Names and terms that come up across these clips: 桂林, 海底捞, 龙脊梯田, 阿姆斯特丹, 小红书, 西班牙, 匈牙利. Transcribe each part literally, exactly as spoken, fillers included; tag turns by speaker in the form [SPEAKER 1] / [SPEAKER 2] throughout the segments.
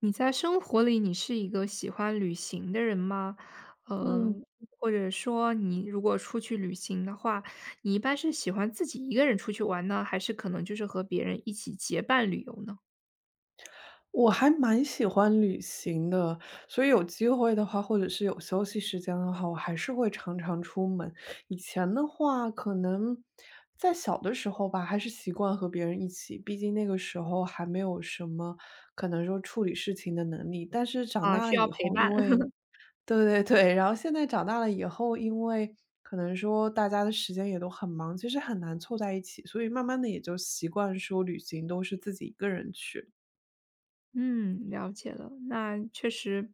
[SPEAKER 1] 你在生活里，你是一个喜欢旅行的人吗？呃，
[SPEAKER 2] 嗯，
[SPEAKER 1] 或者说你如果出去旅行的话，你一般是喜欢自己一个人出去玩呢，还是可能就是和别人一起结伴旅游呢？
[SPEAKER 2] 我还蛮喜欢旅行的，所以有机会的话，或者是有休息时间的话，我还是会常常出门。以前的话，可能在小的时候吧，还是习惯和别人一起，毕竟那个时候还没有什么可能说处理事情的能力。但是长
[SPEAKER 1] 啊，
[SPEAKER 2] 大
[SPEAKER 1] 需
[SPEAKER 2] 了
[SPEAKER 1] 要
[SPEAKER 2] 以
[SPEAKER 1] 陪
[SPEAKER 2] 后，
[SPEAKER 1] 伴。
[SPEAKER 2] 因为 对对对，然后现在长大了以后，因为可能说大家的时间也都很忙，其实很难凑在一起，所以慢慢的也就习惯说旅行都是自己一个人去。
[SPEAKER 1] 嗯，了解了。那确实，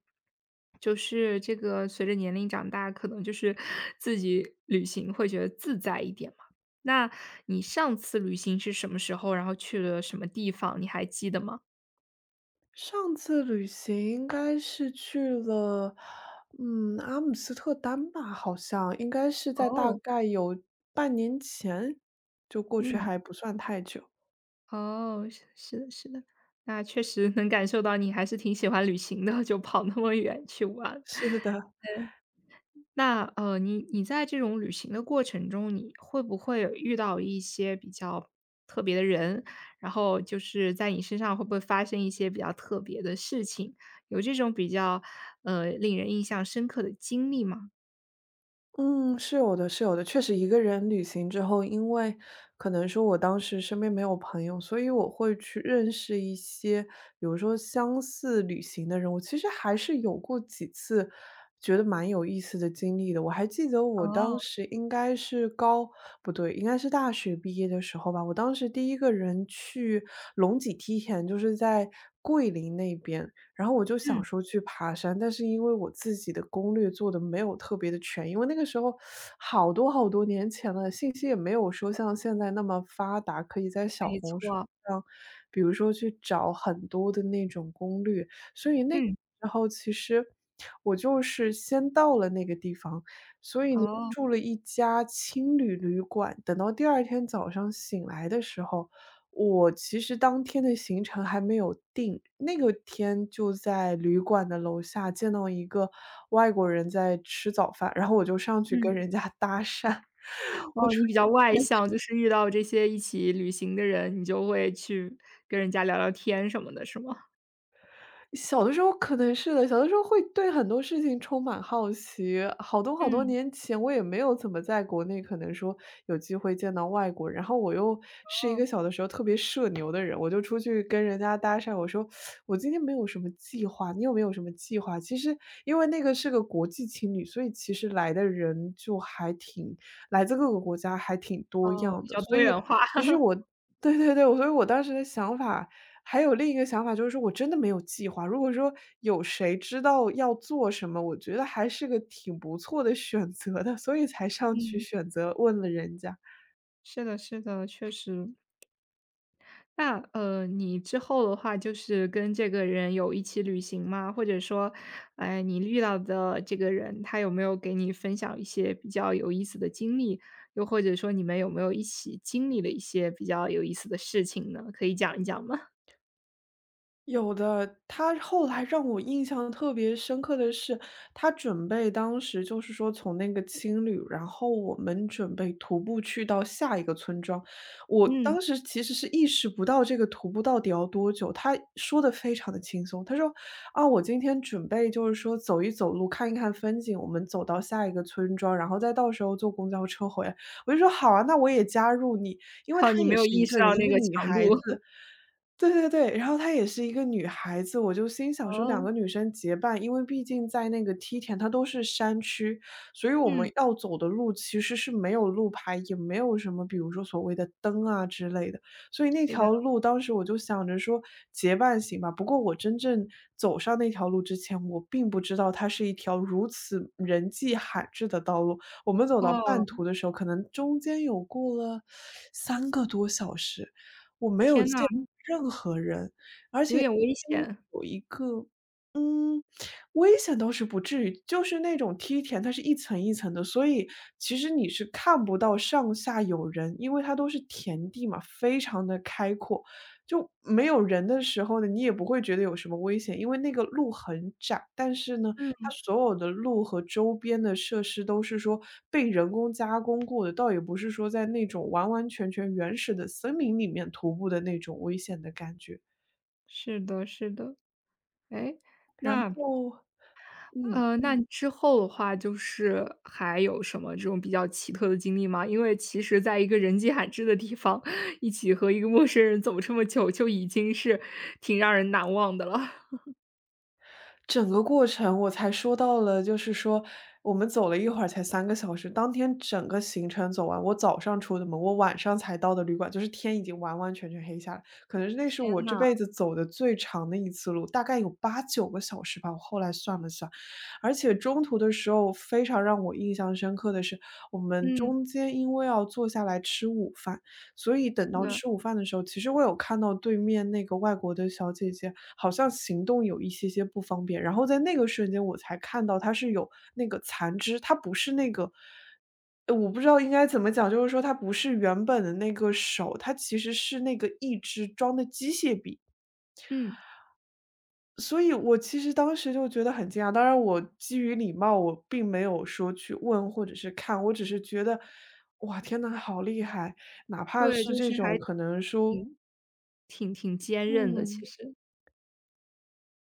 [SPEAKER 1] 就是这个随着年龄长大，可能就是 自己旅行会觉得自在一点嘛。那你上次旅行是什么时候？然后去了什么地方？你还记得吗？
[SPEAKER 2] 上次旅行应该是去了，嗯，阿姆斯特丹吧，好像应该是在大
[SPEAKER 1] 哦。
[SPEAKER 2] 概有半年前就过去，
[SPEAKER 1] 嗯。
[SPEAKER 2] 还不算太久。
[SPEAKER 1] 哦，是是的是的，那确实能感受到你还是挺喜欢旅行的，就跑那么远去玩。
[SPEAKER 2] 是的。
[SPEAKER 1] 那呃，你你在这种旅行的过程中，你会不会有遇到一些比较特别的人？然后就是在你身上会不会发生一些比较特别的事情？有这种比较呃令人印象深刻的经历吗？
[SPEAKER 2] 嗯，是有的，是有的。确实一个人旅行之后，因为可能说我当时身边没有朋友，所以我会去认识一些，比如说相似旅行的人。我其实还是有过几次觉得蛮有意思的经历的。我还记得我当
[SPEAKER 1] 哦，
[SPEAKER 2] 时应该是高，不对，应该是大学毕业的时候吧。我当时第一个人去龙脊梯田，就是在桂林那边。然后我就
[SPEAKER 1] 嗯，
[SPEAKER 2] 想说去爬山，但是因为我自己的攻略做的没有特别的全，因为那个时候好多好多年前了，信息也没有说像现在那么发达，可以在小
[SPEAKER 1] 没
[SPEAKER 2] 红书
[SPEAKER 1] 错，
[SPEAKER 2] 上，比如说去找很多的那种攻略。所以那个
[SPEAKER 1] 嗯，
[SPEAKER 2] 时候其实我就是先到了那个地方，所以呢
[SPEAKER 1] 哦，
[SPEAKER 2] 住了一家青旅旅馆，等到第二天早上醒来的时候我其实当天的行程还没有定，那个天就在旅馆的楼下见到一个外国人在吃早饭，然后我就上去跟
[SPEAKER 1] 嗯。
[SPEAKER 2] 人家搭讪，我
[SPEAKER 1] 哦，你比
[SPEAKER 2] 说
[SPEAKER 1] 较外向，就是遇到这些一起旅行的人，你就会去跟人家聊聊天什么的，是吗？
[SPEAKER 2] 小的时候可能是的，小的时候会对很多事情充满好奇。好多好多
[SPEAKER 1] 嗯，
[SPEAKER 2] 年前，我也没有怎么在国内可能说有机会见到外国人，然后我又是一
[SPEAKER 1] 哦。
[SPEAKER 2] 个小的时候特别社牛的人，我就出去跟人家搭讪，我说：“我今天没有什么计划，你有没有什么计划？”其实因为那个是个国际情侣，所以其实来的人就还挺来自各个国家还挺多
[SPEAKER 1] 哦，
[SPEAKER 2] 样
[SPEAKER 1] 比
[SPEAKER 2] 的，
[SPEAKER 1] 较
[SPEAKER 2] 所
[SPEAKER 1] 多
[SPEAKER 2] 以
[SPEAKER 1] 元化。
[SPEAKER 2] 其实 我对对对，所以我当时的想法还有另一个想法就是说我真的没有计划，如果说有谁知道要做什么，我觉得还是个挺不错的选择的，所以才上去
[SPEAKER 1] 嗯，
[SPEAKER 2] 选择问了人家。
[SPEAKER 1] 是的是的，确实。那，呃，你之后的话就是跟这个人有一起旅行吗？或者说，哎，你遇到的这个人，他有没有给你分享一些比较有意思的经历？又或者说你们有没有一起经历了一些比较有意思的事情呢？可以讲一讲吗？
[SPEAKER 2] 有的，他后来让我印象特别深刻的是，他准备当时就是说从那个青旅，然后我们准备徒步去到下一个村庄。我
[SPEAKER 1] 嗯。
[SPEAKER 2] 当时其实是意识不到这个徒步到底要多久，他说的非常的轻松，他说：“啊，我今天准备就是说走一走路，看一看风景，我们走到下一个村庄，然后再到时候坐公交车回来。”我就说：“好啊，那我也加入你。”因为
[SPEAKER 1] 哦，
[SPEAKER 2] 她
[SPEAKER 1] 你没
[SPEAKER 2] 也
[SPEAKER 1] 有
[SPEAKER 2] 是
[SPEAKER 1] 意
[SPEAKER 2] 一
[SPEAKER 1] 识
[SPEAKER 2] 个人，
[SPEAKER 1] 到
[SPEAKER 2] 一
[SPEAKER 1] 那
[SPEAKER 2] 个
[SPEAKER 1] 个
[SPEAKER 2] 女
[SPEAKER 1] 强
[SPEAKER 2] 孩
[SPEAKER 1] 度。
[SPEAKER 2] 子。对对对，然后她也是一个女孩子，我就心想说两
[SPEAKER 1] 哦，
[SPEAKER 2] 个女生结伴，因为毕竟在那个梯田，它都是山区，所以我们
[SPEAKER 1] 嗯，
[SPEAKER 2] 要走的路其实是没有路牌，也没有什么比如说所谓的灯啊之类的，所以那
[SPEAKER 1] 是的。
[SPEAKER 2] 条路当时我就想着说结伴行吧。不过我真正走上那条路之前，我并不知道它是一条如此人迹罕至的道路。我们走到半
[SPEAKER 1] 哦，
[SPEAKER 2] 途的时候，可能中间有过了三个多小时。我没有
[SPEAKER 1] 天呐，
[SPEAKER 2] 见任何人，而
[SPEAKER 1] 有
[SPEAKER 2] 且
[SPEAKER 1] 点危
[SPEAKER 2] 嗯
[SPEAKER 1] 险。
[SPEAKER 2] 有一个嗯，危险倒是不至于，就是那种梯田，它是一层一层的，所以其实你是看不到上下有人，因为它都是田地嘛，非常的开阔。就没有人的时候呢，你也不会觉得有什么危险，因为那个路很窄，但是呢它所有的路和周边的设施都是说被人工加工过的，倒也不是说在那种完完全全原始的森林里面徒步的那种危险的感觉。
[SPEAKER 1] 是的，是的。诶，
[SPEAKER 2] 然
[SPEAKER 1] 那
[SPEAKER 2] 后嗯。
[SPEAKER 1] 呃，那之后的话，就是还有什么这种比较奇特的经历吗？因为其实在一个人迹罕至的地方，一起和一个陌生人走这么久，就已经是挺让人难忘的了。
[SPEAKER 2] 整个过程我才说到了，就是说我们走了一会儿才三个小时，当天整个行程走完，我早上出的门，我晚上才到的旅馆，就是天已经完完全全黑下来，可能是那是
[SPEAKER 1] 天
[SPEAKER 2] 我这
[SPEAKER 1] 呐，
[SPEAKER 2] 辈子走的最长的一次路，大概有八九个小时吧，我后来算了算。而且中途的时候非常让我印象深刻的是，我们
[SPEAKER 1] 嗯，
[SPEAKER 2] 中间因为要坐下来吃午饭，所以等
[SPEAKER 1] 是
[SPEAKER 2] 到
[SPEAKER 1] 的，
[SPEAKER 2] 吃午饭的时候，其实我有看到对面那个外国的小姐姐好像行动有一些些不方便，然后在那个瞬间我才看到她是有那个残肢，她不是那个呃，我不知道应该怎么讲，就是说她不是原本的那个手，她其实是那个一肢装的机械臂。
[SPEAKER 1] 嗯，
[SPEAKER 2] 所以我其实当时就觉得很惊讶，当然我基于礼貌，我并没有说去问或者是看，我只是觉得，哇，天呐，好厉害！哪怕
[SPEAKER 1] 对，就
[SPEAKER 2] 是这
[SPEAKER 1] 是还
[SPEAKER 2] 种可能说
[SPEAKER 1] 挺挺挺坚韧的，其
[SPEAKER 2] 嗯，
[SPEAKER 1] 实。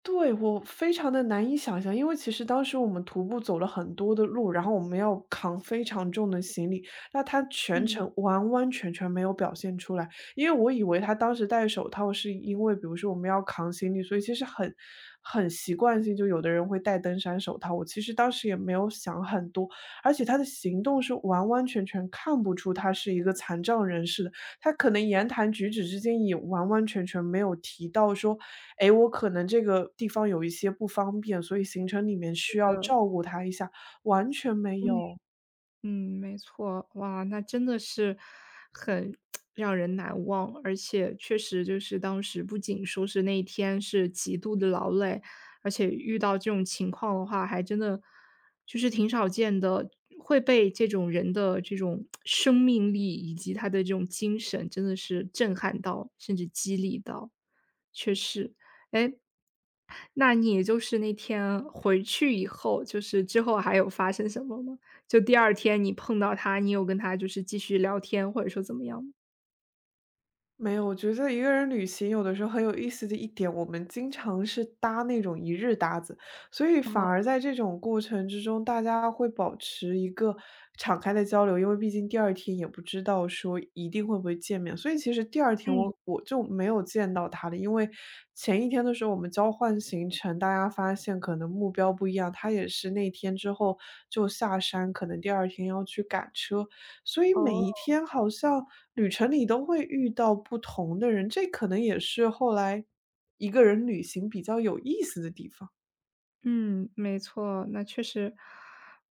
[SPEAKER 2] 对，我非常的难以想象，因为其实当时我们徒步走了很多的路，然后我们要扛非常重的行李，那他全
[SPEAKER 1] 嗯，
[SPEAKER 2] 程完完全全没有表现出来。因为我以为他当时戴手套是因为比如说我们要扛行李，所以其实很很习惯性，就有的人会戴登山手套，我其实当时也没有想很多，而且他的行动是完完全全看不出他是一个残障人士的，他可能言谈举止之间也完完全全没有提到说诶，我可能这个地方有一些不方便，所以行程里面需要
[SPEAKER 1] 呃，
[SPEAKER 2] 照顾他一下，完全没
[SPEAKER 1] 嗯。
[SPEAKER 2] 有。
[SPEAKER 1] 嗯，没错，哇，那真的是很 让人难忘，而且确实就是当时不仅说是那一天是极度的劳累，而且遇到这种情况的话，还真的就是挺少见的，会被这种人的这种 生命力以及他的这种精神，真的是震撼到，甚至激励到，确实。哎，那你也就是那天回去以后，就是之后还有发生什么吗？就第二天你碰到他，你有跟他就是继续聊天，或者说怎么样吗？
[SPEAKER 2] 没有，我觉得一个人旅行有的时候很有意思的一点，我们经常是搭那种一日搭子，所以反
[SPEAKER 1] 哦，
[SPEAKER 2] 而在这种过程之中，大家会保持一个敞开的交流，因为毕竟第二天也不知道说一定会不会见面，所以其实第二天
[SPEAKER 1] 嗯，
[SPEAKER 2] 我我就没有见到他了，因为前一天的时候我们交换行程，大家发现可能目标不一样，他也是那天之后就下山，可能第二天要去赶车，所以每一
[SPEAKER 1] 哦。
[SPEAKER 2] 天好像旅程里都会遇到不同的人，这可能也是后来一个人旅行比较有意思的地方。
[SPEAKER 1] 嗯，没错，那确实，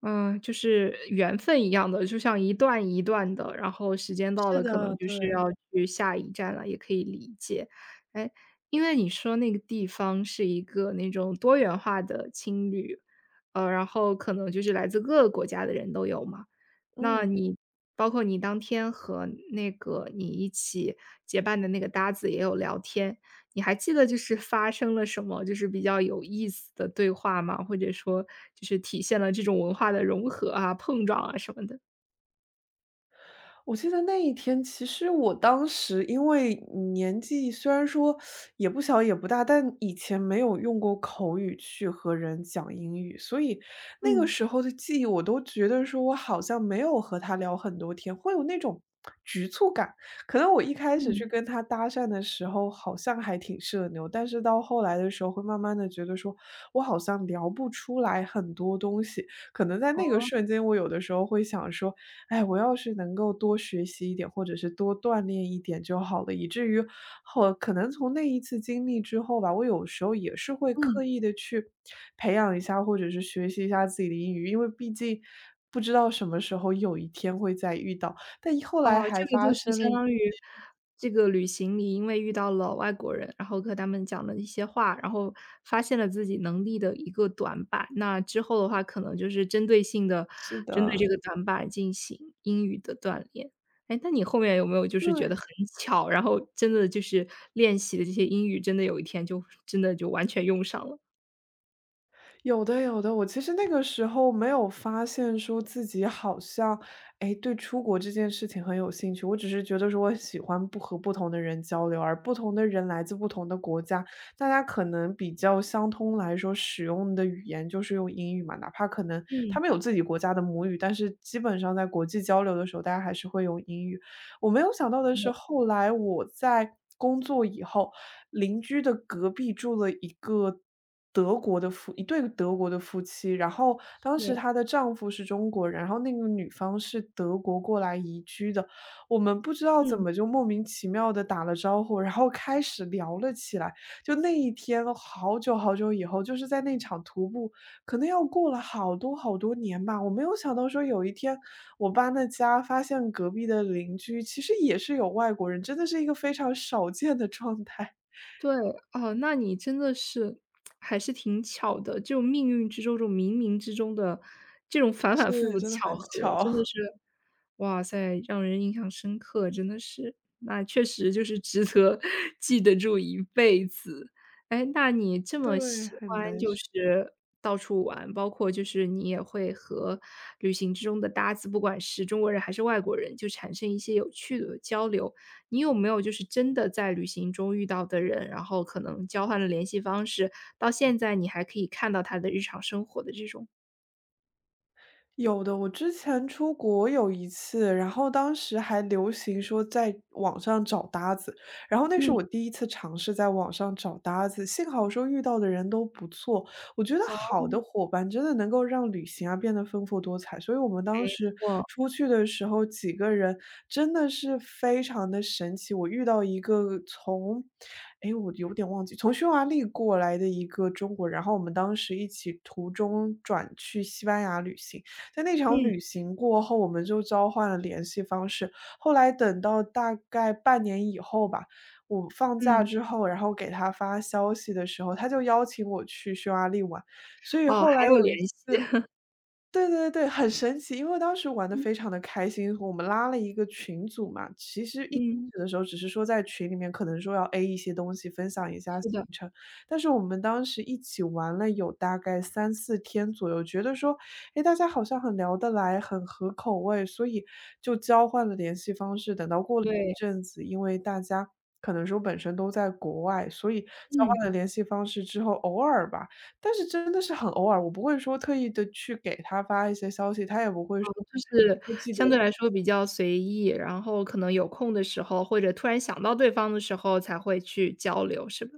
[SPEAKER 1] 嗯，就是缘分一样的，就像一段一段的，然后时间到
[SPEAKER 2] 是
[SPEAKER 1] 了，可能
[SPEAKER 2] 的，
[SPEAKER 1] 就是
[SPEAKER 2] 对。
[SPEAKER 1] 要去下一站了，也可以理解。哎，因为你说那个地方是一个那种多元化的青旅，呃，然后可能就是来自各个国家的人都有嘛。那
[SPEAKER 2] 嗯。
[SPEAKER 1] 你包括你当天和那个你一起结伴的那个搭子也有聊天，你还记得就是发生了什么，就是比较有意思的对话吗？或者说就是体现了这种文化的融合啊、碰撞啊什么的？
[SPEAKER 2] 我记得那一天，其实我当时因为年纪虽然说也不小也不大，但以前没有用过口语去和人讲英语，所以那个
[SPEAKER 1] 嗯
[SPEAKER 2] 时候的记忆，我都觉得说我好像没有和他聊很多天，会有那种局促感。可能我一开始
[SPEAKER 1] 嗯
[SPEAKER 2] 去跟他搭讪的时候，好像还挺社牛，但是到后来的时候，会慢慢的觉得说我好像聊不出来很多东西。可能在那个瞬间，我有的时候会想说。哎，我要是能够多学习一点，或者是多锻炼一点就好了，以至于后可能从那一次经历之后吧，我有时候也是会
[SPEAKER 1] 嗯。
[SPEAKER 2] 刻意的去培养一下，或者是学习一下自己的英语，因为毕竟不知道什么时候有一天会再遇到。但后
[SPEAKER 1] 哦，
[SPEAKER 2] 来还
[SPEAKER 1] 这个就
[SPEAKER 2] 发
[SPEAKER 1] 是
[SPEAKER 2] 生了
[SPEAKER 1] 相
[SPEAKER 2] 一
[SPEAKER 1] 当于这个旅行里，因为遇到了外国人，然后和他们讲了一些话，然后发现了自己能力的一个短板。那之后的话，可能就是针对性的
[SPEAKER 2] 是
[SPEAKER 1] 针对
[SPEAKER 2] 的，
[SPEAKER 1] 这个短板进行英语的锻炼。哎，那你后面有没有就是觉得很
[SPEAKER 2] 对。
[SPEAKER 1] 巧，然后真的就是练习的这些英语，真的有一天就真的就完全用上了？
[SPEAKER 2] 有的有的，我其实那个时候没有发现说自己好像，哎，对出国这件事情很有兴趣。我只是觉得说我喜欢不和不同的人交流，而不同的人来自不同的国家，大家可能比较相通来说使用的语言就是用英语嘛，哪怕可能
[SPEAKER 1] 嗯，
[SPEAKER 2] 他们有自己国家的母语，但是基本上在国际交流的时候，大家还是会用英语。我没有想到的是，后来我在工作以后，邻居的隔壁住了一个德国的夫一对德国的夫妻，然后当时
[SPEAKER 1] 是，
[SPEAKER 2] 她的丈夫是中国人，然后那个女方是德国过来移居的。我们不知道怎
[SPEAKER 1] 嗯。
[SPEAKER 2] 么就莫名其妙的打了招呼，然后开始聊了起来。就那一天好久好久以后，就是在那场徒步，可能要过了好多好多年吧，我没有想到说有一天我搬了家，发现隔壁的邻居其实也是有外国人，真的是一个非常少见的状态。
[SPEAKER 1] 对，哦，那你真的是还是挺巧的，这种命运之中，这种冥冥之中的这种反反复
[SPEAKER 2] 是，
[SPEAKER 1] 复的
[SPEAKER 2] 真的
[SPEAKER 1] 巧
[SPEAKER 2] 很
[SPEAKER 1] 合，
[SPEAKER 2] 巧，
[SPEAKER 1] 真的 是，哇塞，让人印象深刻，真的是，那确实就是值得 记得住一辈子。哎，那你这么
[SPEAKER 2] 对，
[SPEAKER 1] 喜
[SPEAKER 2] 很
[SPEAKER 1] 欢
[SPEAKER 2] 难
[SPEAKER 1] 就
[SPEAKER 2] 说。
[SPEAKER 1] 是到处玩，包括就是你也会和旅行之中的搭子，不管是中国人还是外国人，就产生一些有趣的交流。你有没有就是真的在旅行中遇到的人，然后可能交换了联系方式，到现在你还可以看到他的日常生活的这种？
[SPEAKER 2] 有的，我之前出国有一次，然后当时还流行说在网上找搭子，然后那
[SPEAKER 1] 嗯，
[SPEAKER 2] 是我第一次尝试在网上找搭子，幸好说遇到的人都不错，我觉得
[SPEAKER 1] 哦，
[SPEAKER 2] 好的伙伴真的能够让旅行啊变得丰富多彩，所以我们当
[SPEAKER 1] 没
[SPEAKER 2] 时
[SPEAKER 1] 错，
[SPEAKER 2] 出去的时候几个人真的是非常的神奇，我遇到一个从，哎，诶我有点忘记，从匈牙利过来的一个中国人，然后我们当时一起途中转去西班牙旅行。在那场
[SPEAKER 1] 嗯
[SPEAKER 2] 旅行过后，我们就交换了联系方式。后来等到大概半年以后吧，我放假
[SPEAKER 1] 嗯，
[SPEAKER 2] 之后，然后给他发消息的时候，他就邀请我去匈牙利玩。所以
[SPEAKER 1] 哦，
[SPEAKER 2] 后
[SPEAKER 1] 还
[SPEAKER 2] 来
[SPEAKER 1] 有
[SPEAKER 2] 有
[SPEAKER 1] 联
[SPEAKER 2] 一
[SPEAKER 1] 系，
[SPEAKER 2] 次。 对对对，很神奇，因为当时玩得
[SPEAKER 1] 嗯
[SPEAKER 2] 非常的开心，我们拉了一个群组嘛，其实一开
[SPEAKER 1] 嗯，
[SPEAKER 2] 始的时候只是说在群里面可能说要 A 一些东西，分享一下
[SPEAKER 1] 是
[SPEAKER 2] 行
[SPEAKER 1] 的，
[SPEAKER 2] 程，但是我们当时一起玩了有大概三四天左右，觉得说，诶，大家好像很聊得来，很合口味，所以就交换了联系方式。等到过了一
[SPEAKER 1] 对，
[SPEAKER 2] 阵子，因为大家可能说本身都在国外，所以交换
[SPEAKER 1] 嗯，
[SPEAKER 2] 了联系方式之后，偶尔吧，但是真的是很偶尔，我不会说特意的去给他发一些消息，他也不会说
[SPEAKER 1] 就是
[SPEAKER 2] 说记得。
[SPEAKER 1] 相对来说比较随意，然后可能有空的时候，或者突然想到对方的时候才会去交流，是吧？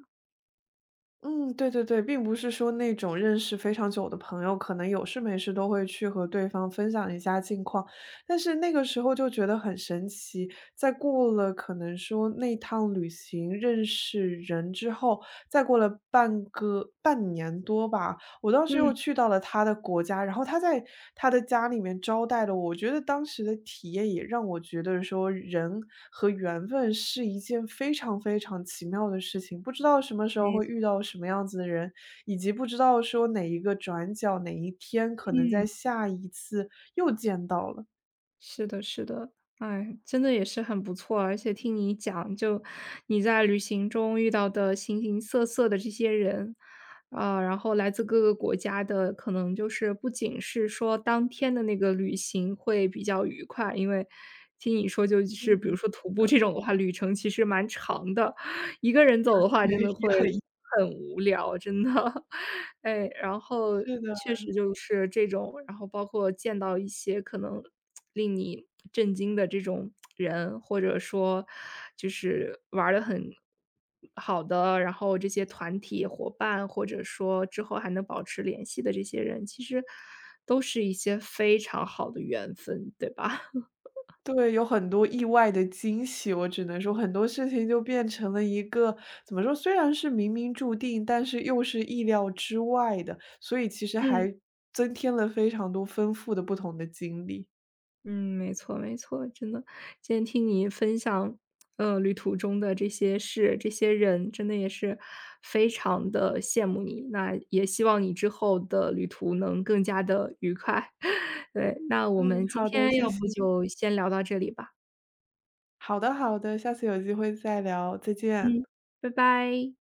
[SPEAKER 2] 嗯，对对对，并不是说那种认识非常久的朋友，可能有事没事都会去和对方分享一下近况。但是那个时候就觉得很神奇，在过了可能说那趟旅行认识人之后，再过了半个半年多吧，我当时
[SPEAKER 1] 嗯，
[SPEAKER 2] 又去到了他的国家，然后他在他的家里面招待了我，我觉得当时的体验也让我觉得说，人和缘分是一件非常非常奇妙的事情，不知道什么时候
[SPEAKER 1] 没
[SPEAKER 2] 会
[SPEAKER 1] 错，
[SPEAKER 2] 遇到什么样子的人，以及不知道说哪一个转角，哪一天可能在
[SPEAKER 1] 嗯。
[SPEAKER 2] 下一次又见到了。
[SPEAKER 1] 是的，是的，哎，真的也是很不错啊。而且听你讲，就你在旅行中遇到的形形色色的这些人，啊、然后来自各个国家的，可能就是不仅是说当天的那个旅行会比较愉快，因为听你说就是比如
[SPEAKER 2] 嗯。
[SPEAKER 1] 说徒步
[SPEAKER 2] 呃，
[SPEAKER 1] 这种的话，旅程其实蛮长的，一个人走的话
[SPEAKER 2] 对，
[SPEAKER 1] 真的会
[SPEAKER 2] 也很。
[SPEAKER 1] 很无聊，真的。哎，然后
[SPEAKER 2] 是的。
[SPEAKER 1] 确实就是这种，然后包括见到一些可能令你震惊的这种人，或者说就是玩的很好的，然后这些团体伙伴，或者说之后还能保持联系的这些人，其实都是一些非常好的缘分，对吧？
[SPEAKER 2] 对，有很多意外的惊喜，我只能说很多事情就变成了一个怎么说，虽然是冥冥注定，但是又是意料之外的，所以其实
[SPEAKER 1] 嗯。
[SPEAKER 2] 还增添了非常多丰富的不同的经历。
[SPEAKER 1] 嗯，没错没错，真的，今天听你分享，呃，旅途中的这些事、这些人，真的也是非常的羡慕你。那也希望你之后的旅途能更加的愉快。对，那我们
[SPEAKER 2] 嗯，
[SPEAKER 1] 今
[SPEAKER 2] 好的，
[SPEAKER 1] 天
[SPEAKER 2] 谢
[SPEAKER 1] 要不
[SPEAKER 2] 谢。
[SPEAKER 1] 就先聊到这里吧。
[SPEAKER 2] 好的，好的，下次有机会再聊，再见。
[SPEAKER 1] 嗯，拜拜。